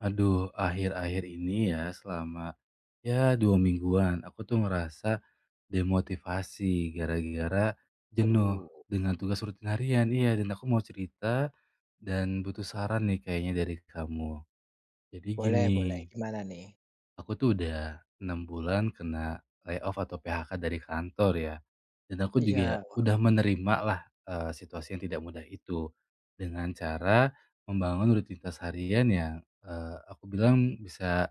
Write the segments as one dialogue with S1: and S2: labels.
S1: Aduh, akhir-akhir ini ya selama ya 2 mingguan aku tuh ngerasa demotivasi gara-gara jenuh
S2: Aduh,
S1: dengan tugas rutin harian. Iya, dan aku mau cerita dan butuh saran nih kayaknya dari kamu. Jadi
S2: boleh
S1: gini,
S2: boleh, gimana nih?
S1: aku tuh udah 6 bulan kena layoff atau PHK dari kantor ya. Dan aku juga
S2: Iya, wah,
S1: udah menerima lah situasi yang tidak mudah itu dengan cara membangun rutinitas harian yang eh, aku bilang bisa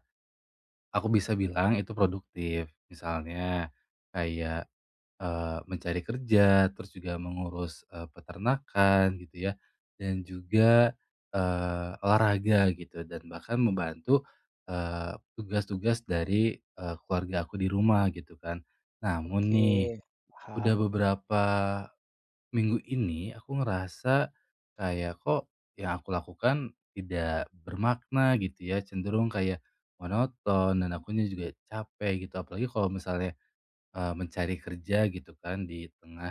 S1: aku bisa bilang itu produktif. Misalnya kayak, mencari kerja, terus juga mengurus, peternakan gitu ya, dan juga, olahraga gitu dan bahkan membantu, tugas-tugas dari, keluarga aku di rumah gitu kan. Namun
S2: oke,
S1: nih, udah
S2: paham.
S1: beberapa minggu ini aku ngerasa kayak kok yang aku lakukan tidak bermakna gitu ya, cenderung kayak monoton dan akunya juga capek gitu. Apalagi kalau misalnya mencari kerja gitu kan di tengah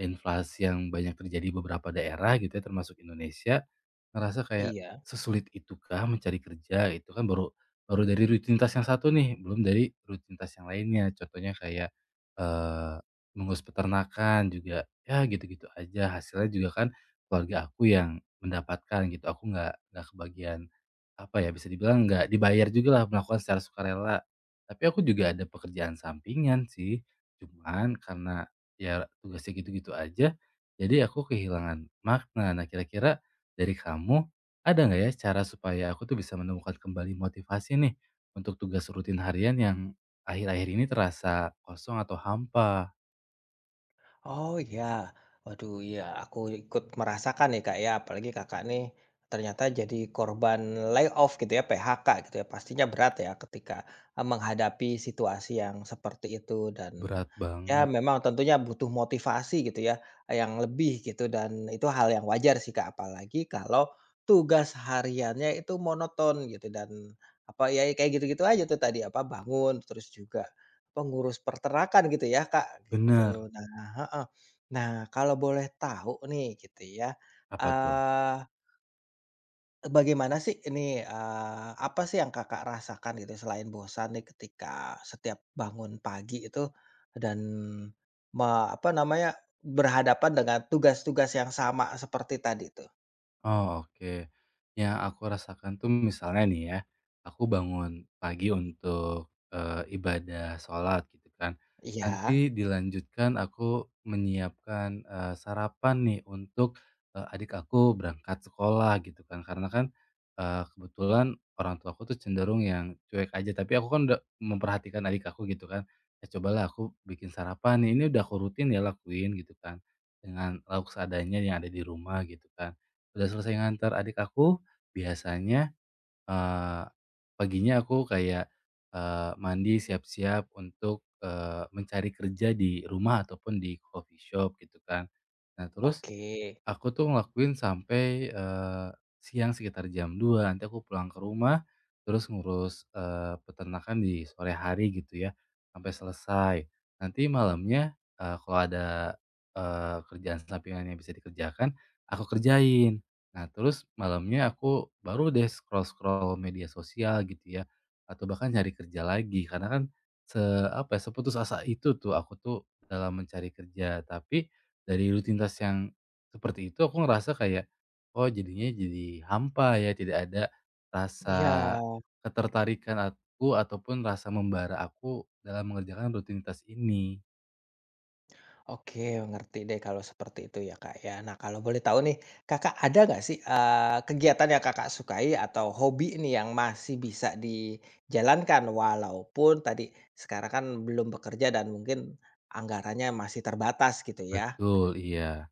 S1: inflasi yang banyak terjadi di beberapa daerah gitu ya termasuk Indonesia, ngerasa kayak
S2: Iya.
S1: sesulit itukah mencari kerja? Itu kan baru baru dari rutinitas yang satu nih, belum dari rutinitas yang lainnya. Contohnya kayak, eee, mengurus peternakan juga ya gitu-gitu aja, hasilnya juga kan keluarga aku yang mendapatkan gitu, aku nggak kebagian, apa ya, bisa dibilang nggak dibayar juga lah melakukan secara sukarela. Tapi aku juga ada pekerjaan sampingan sih. Cuman karena ya tugasnya gitu-gitu aja, jadi aku kehilangan makna. Nah, kira-kira dari kamu ada nggak ya cara supaya aku tuh bisa menemukan kembali motivasi nih untuk tugas rutin harian yang akhir-akhir ini terasa kosong atau hampa?
S2: Oh iya, waduh iya aku ikut merasakan nih Kak ya, apalagi Kakak nih ternyata jadi korban layoff gitu ya, PHK gitu ya. Pastinya berat ya ketika, menghadapi situasi yang seperti itu dan
S1: Berat
S2: ya
S1: banget.
S2: memang tentunya butuh motivasi gitu ya, yang lebih gitu dan itu hal yang wajar sih Kak, apalagi kalau tugas hariannya itu monoton gitu dan apa, ya kayak gitu-gitu aja tuh tadi, apa, bangun terus juga pengurus peternakan gitu ya, Kak,
S1: Bener,
S2: gitu. Nah, heeh. Nah, kalau boleh tahu nih gitu ya,
S1: apa tuh?
S2: eee, bagaimana sih ini, apa sih yang Kakak rasakan gitu selain bosan nih ketika setiap bangun pagi itu dan me apa namanya, berhadapan dengan tugas-tugas yang sama seperti tadi tuh?
S1: Oh, oke. Yang aku rasakan tuh misalnya nih ya, aku bangun pagi untuk, ibadah sholat gitu kan.
S2: Iya,
S1: Nanti dilanjutkan aku menyiapkan, sarapan nih untuk, adik aku berangkat sekolah gitu kan. Karena kan, kebetulan orang tua aku tuh cenderung yang cuek aja, tapi aku kan udah memperhatikan adik aku gitu kan. Ya cobalah aku bikin sarapan nih, ini udah aku rutin ya lakuin gitu kan, dengan lauk seadanya yang ada di rumah gitu kan. Udah selesai ngantar adik aku, biasanya, eee, paginya aku kayak, mandi, siap-siap untuk, mencari kerja di rumah ataupun di coffee shop gitu kan. Nah, terus
S2: oke.
S1: aku tuh ngelakuin sampai, siang sekitar jam 2 nanti aku pulang ke rumah, terus ngurus, peternakan di sore hari gitu ya, sampai selesai. Nanti malamnya, kalau ada, kerjaan sampingan yang bisa dikerjakan, aku kerjain. Nah, terus malamnya aku baru deh scroll-scroll media sosial gitu ya, atau bahkan cari kerja lagi, karena kan se apa ya, seputus asa itu tuh aku tuh dalam mencari kerja. Tapi dari rutinitas yang seperti itu aku ngerasa kayak, oh jadinya jadi hampa ya, tidak ada rasa
S2: Iya.
S1: ketertarikan aku ataupun rasa membara aku dalam mengerjakan rutinitas ini.
S2: Oke, ngerti deh kalau seperti itu ya, Kak, ya. Nah, kalau boleh tahu nih, Kakak ada nggak sih, kegiatan yang Kakak sukai atau hobi nih yang masih bisa dijalankan walaupun tadi sekarang kan belum bekerja dan mungkin anggarannya masih terbatas gitu ya?
S1: Betul, iya.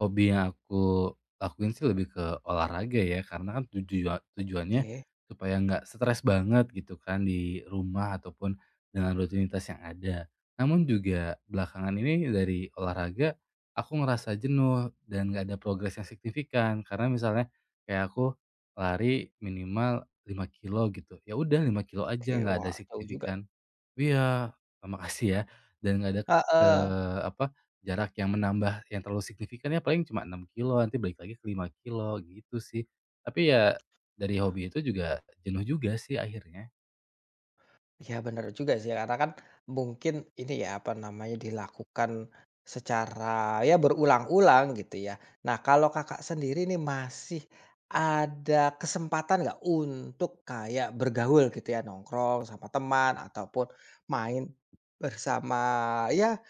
S1: Hobi yang aku lakuin sih lebih ke olahraga ya, karena kan tujuannya
S2: Oke
S1: supaya nggak stres banget gitu kan di rumah ataupun dengan rutinitas yang ada. Namun juga belakangan ini dari olahraga aku ngerasa jenuh dan nggak ada progres yang signifikan. Karena misalnya kayak aku lari minimal 5 kilo gitu. Ya udah 5 kilo
S2: oke,
S1: aja nggak ada
S2: wah jauh juga,
S1: signifikan. Iya, makasih ya dan nggak ada,
S2: heeh.
S1: apa jarak yang menambah yang terlalu signifikan ya paling cuma 6 kilo nanti balik lagi ke 5 kilo gitu sih. Tapi ya dari hobi itu juga jenuh juga sih akhirnya.
S2: Ya benar juga sih karena kan mungkin ini ya apa namanya dilakukan secara ya berulang-ulang gitu ya. Nah kalau kakak sendiri nih masih ada kesempatan nggak untuk kayak bergaul gitu ya, nongkrong sama teman ataupun main bersama ya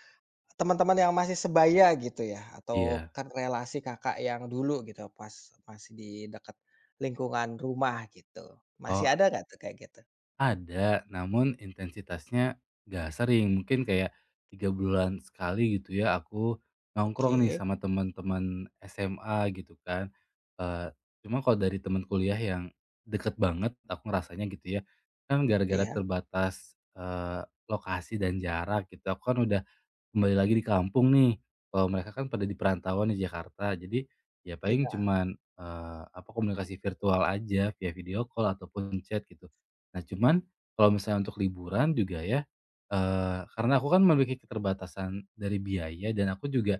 S2: teman-teman yang masih sebaya gitu ya, atau
S1: Iya.
S2: kan relasi kakak yang dulu gitu pas masih di dekat lingkungan rumah gitu masih
S1: Oh
S2: ada nggak tuh kayak gitu?
S1: ada, namun intensitasnya nggak sering, mungkin kayak 3 bulan sekali gitu ya aku nongkrong nih
S2: Oke,
S1: sama teman-teman SMA gitu kan. Eee, Cuma kalau dari teman kuliah yang deket banget aku ngerasanya gitu ya, kan gara-gara
S2: iya.
S1: terbatas, lokasi dan jarak gitu, aku kan udah kembali lagi di kampung nih, kalau mereka kan pada di perantauan di Jakarta, jadi ya paling
S2: Iya
S1: cuman, apa, komunikasi virtual aja via video call ataupun chat gitu. Nah cuman kalau misalnya untuk liburan juga ya, karena aku kan memiliki keterbatasan dari biaya dan aku juga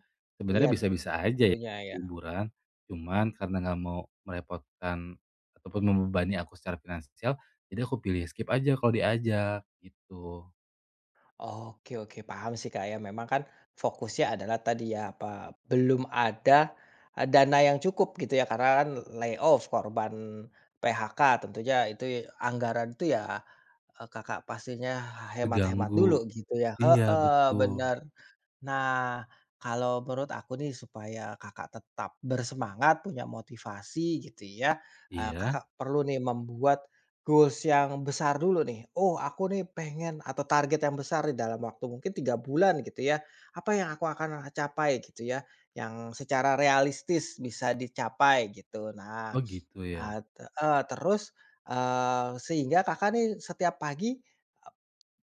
S2: iya,
S1: sebenarnya bisa-bisa aja ya
S2: tentunya ya.
S1: liburan, cuman karena nggak mau merepotkan ataupun membebani aku secara finansial, jadi aku pilih skip aja kalau diajak gitu,
S2: Oke oke, paham sih, Kak, ya, memang kan fokusnya adalah tadi ya, apa, belum ada, dana yang cukup gitu ya, karena kan layoff, korban PHK, tentunya itu anggaran itu ya, Kakak pastinya hemat-hemat
S1: terganggu.
S2: dulu gitu ya,
S1: Iya
S2: heeh,
S1: betul.
S2: bener. Nah, kalau menurut aku nih supaya Kakak tetap bersemangat, punya motivasi gitu ya,
S1: Iya?
S2: Kakak perlu nih membuat goals yang besar dulu nih. Oh, aku nih pengen atau target yang besar di dalam waktu mungkin 3 bulan gitu ya, apa yang aku akan capai gitu ya, yang secara realistis bisa dicapai gitu. Nah,
S1: Oh gitu ya?
S2: terus, sehingga Kakak nih setiap pagi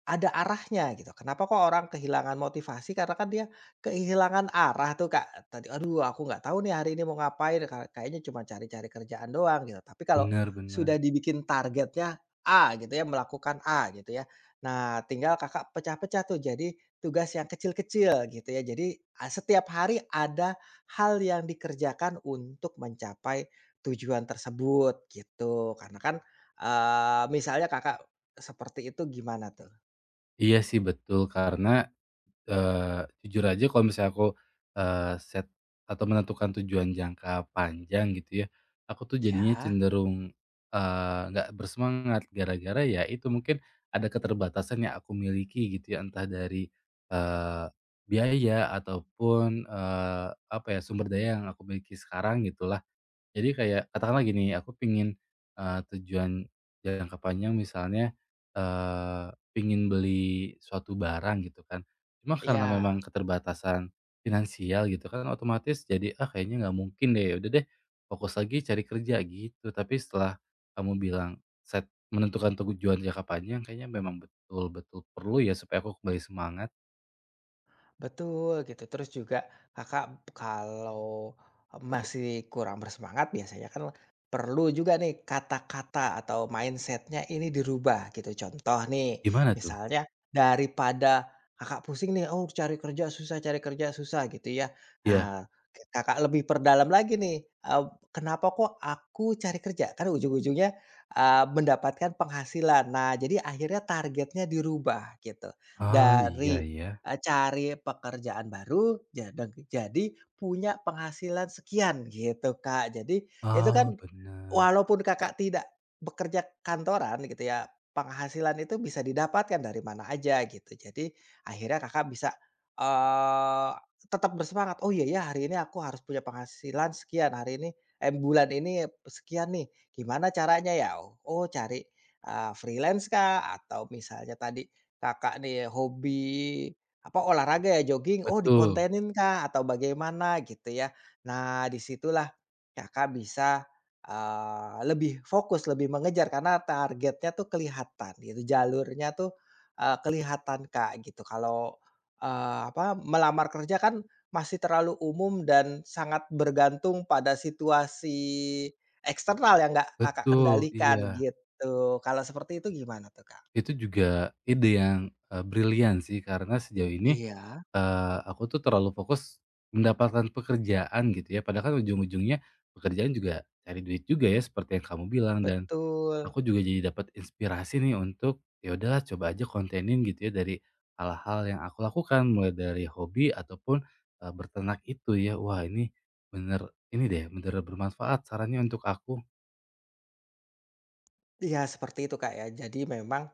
S2: ada arahnya gitu. Kenapa kok orang kehilangan motivasi, karena kan dia kehilangan arah tuh, Kak. Tadi, "Aduh, aku nggak tahu nih hari ini mau ngapain, kayaknya cuma cari-cari kerjaan doang," gitu. Tapi kalau sudah
S1: Benar-benar.
S2: dibikin targetnya A gitu ya, melakukan A gitu ya. Nah, tinggal Kakak pecah-pecah tuh jadi tugas yang kecil-kecil gitu ya. Jadi, a setiap hari ada hal yang dikerjakan untuk mencapai tujuan tersebut gitu. Karena kan, misalnya Kakak seperti itu gimana tuh?
S1: Iya sih betul karena, jujur aja kalau misalnya aku, eee, set atau menentukan tujuan jangka panjang gitu ya, aku tuh jadinya
S2: Iya,
S1: cenderung, nggak bersemangat gara-gara ya itu mungkin ada keterbatasan yang aku miliki gitu ya entah dari, eee, biaya ataupun, apa ya, sumber daya yang aku miliki sekarang gitu lah. Jadi kayak katakanlah gini, aku pingin tujuan jangka panjang misalnya, eee, pengen beli suatu barang gitu kan. Cuma karena
S2: iya.
S1: memang keterbatasan finansial gitu kan otomatis jadi, "Ah, kayaknya nggak mungkin deh, ya udah deh fokus lagi cari kerja," gitu. Tapi setelah kamu bilang set menentukan tujuan jangka panjang kayaknya memang betul-betul perlu ya supaya aku kembali semangat.
S2: Betul gitu, terus juga Kakak kalau masih kurang bersemangat biasanya kan perlu juga nih kata-kata atau mindsetnya ini dirubah gitu. Contoh nih,
S1: Gimana tuh?
S2: misalnya daripada Kakak pusing nih, "Oh cari kerja susah," gitu ya.
S1: Iya.
S2: Nah, Kakak lebih perdalam lagi nih, "Kenapa kok aku cari kerja?" Kan ujung-ujungnya, mendapatkan penghasilan. Nah, jadi akhirnya targetnya dirubah gitu.
S1: Ah iya
S2: Dari
S1: ya.
S2: Cari pekerjaan baru, ja deng jadi punya penghasilan sekian gitu, Kak. Jadi itu
S1: Ah
S2: kan
S1: benar.
S2: walaupun Kakak tidak bekerja kantoran gitu ya, penghasilan itu bisa didapatkan dari mana aja gitu. Jadi akhirnya Kakak bisa, eee, tetap bersemangat, "Oh iya ya hari ini aku harus punya penghasilan sekian, hari ini bulan ini sekian nih, gimana caranya ya?" Oh oh, cari, freelance kah? Atau misalnya tadi Kakak nih hobi apa, olahraga ya, jogging, oh
S1: Betul
S2: dikontenin Kak, atau bagaimana gitu ya. Nah, disitulah Kakak bisa, lebih fokus, lebih mengejar karena targetnya tuh kelihatan gitu, jalurnya tuh, kelihatan Kak, gitu. Kalau, apa, melamar kerja kan masih terlalu umum dan sangat bergantung pada situasi eksternal yang nggak Kakak
S1: betul,
S2: kendalikan
S1: iya.
S2: gitu. Kalau seperti itu gimana tuh Kak?
S1: Itu juga ide yang, brilian sih karena sejauh ini,
S2: Iya.
S1: aku tuh terlalu fokus mendapatkan pekerjaan gitu ya, padahal kan ujung-ujungnya pekerjaan juga cari duit juga ya seperti yang kamu bilang dan
S2: Betul.
S1: aku juga jadi dapat inspirasi nih untuk, ya udahlah coba aja kontenin gitu ya dari hal-hal yang aku lakukan mulai dari hobi ataupun, berternak itu ya. Wah ini bener ini deh bener bermanfaat sarannya untuk aku.
S2: Iya seperti itu Kak ya. Jadi memang,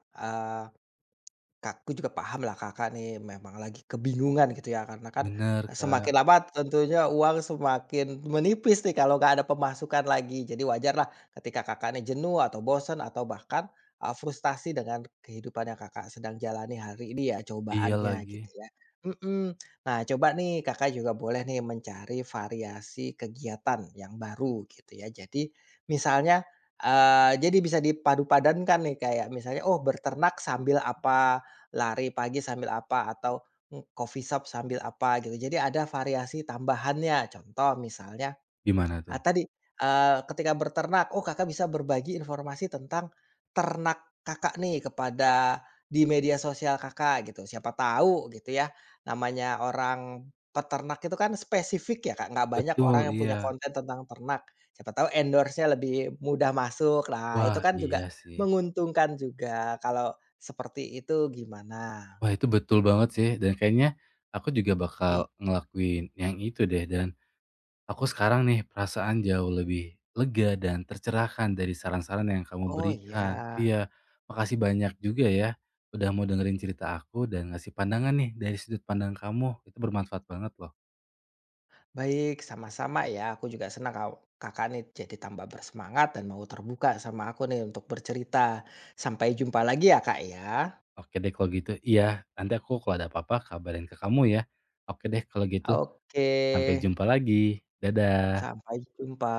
S2: kakku juga paham lah Kakak nih memang lagi kebingungan gitu ya karena kan,
S1: Bener,
S2: semakin
S1: Kak.
S2: lama tentunya uang semakin menipis nih kalau nggak ada pemasukan lagi. Jadi wajar lah ketika Kakak nih jenuh atau bosen atau bahkan, frustasi dengan kehidupan yang Kakak sedang jalani hari ini ya
S1: Iya
S2: cobaannya
S1: lagi.
S2: gitu ya. Mhm. Nah coba nih Kakak juga boleh nih mencari variasi kegiatan yang baru gitu ya. Jadi misalnya, jadi bisa dipadu padankan nih kayak misalnya, oh berternak sambil apa lari pagi sambil apa, atau, coffee shop sambil apa gitu. Jadi ada variasi tambahannya. Contoh misalnya,
S1: Gimana tuh?
S2: ah, tadi, ketika berternak, oh Kakak bisa berbagi informasi tentang ternak Kakak nih kepada di media sosial Kakak gitu. Siapa tahu gitu ya, namanya orang peternak itu kan spesifik ya Kak, nggak banyak orang
S1: Betul,
S2: yang punya
S1: iya.
S2: konten tentang ternak. Siapa tahu endorse-nya lebih mudah masuk. Nah, itu
S1: Wah,
S2: kan juga
S1: iya sih.
S2: menguntungkan juga. Kalau seperti itu gimana?
S1: Wah, itu betul banget sih dan kayaknya aku juga bakal
S2: Iy
S1: ngelakuin yang itu deh dan aku sekarang nih perasaan jauh lebih lega dan tercerahkan dari saran-saran yang kamu
S2: oh iya,
S1: berikan. Iya, makasih banyak juga ya udah mau dengerin cerita aku dan ngasih pandangan nih dari sudut pandang kamu. Itu bermanfaat banget loh.
S2: baik sama-sama ya aku juga senang Kakak nih jadi tambah bersemangat dan mau terbuka sama aku nih untuk bercerita. Sampai jumpa lagi ya Kak ya.
S1: Oke deh kalau gitu. Iya, nanti aku kalau ada apa-apa kabarin ke kamu ya. Oke deh kalau gitu. Sampai
S2: Oke,
S1: jumpa lagi. Dadah.
S2: sampai jumpa.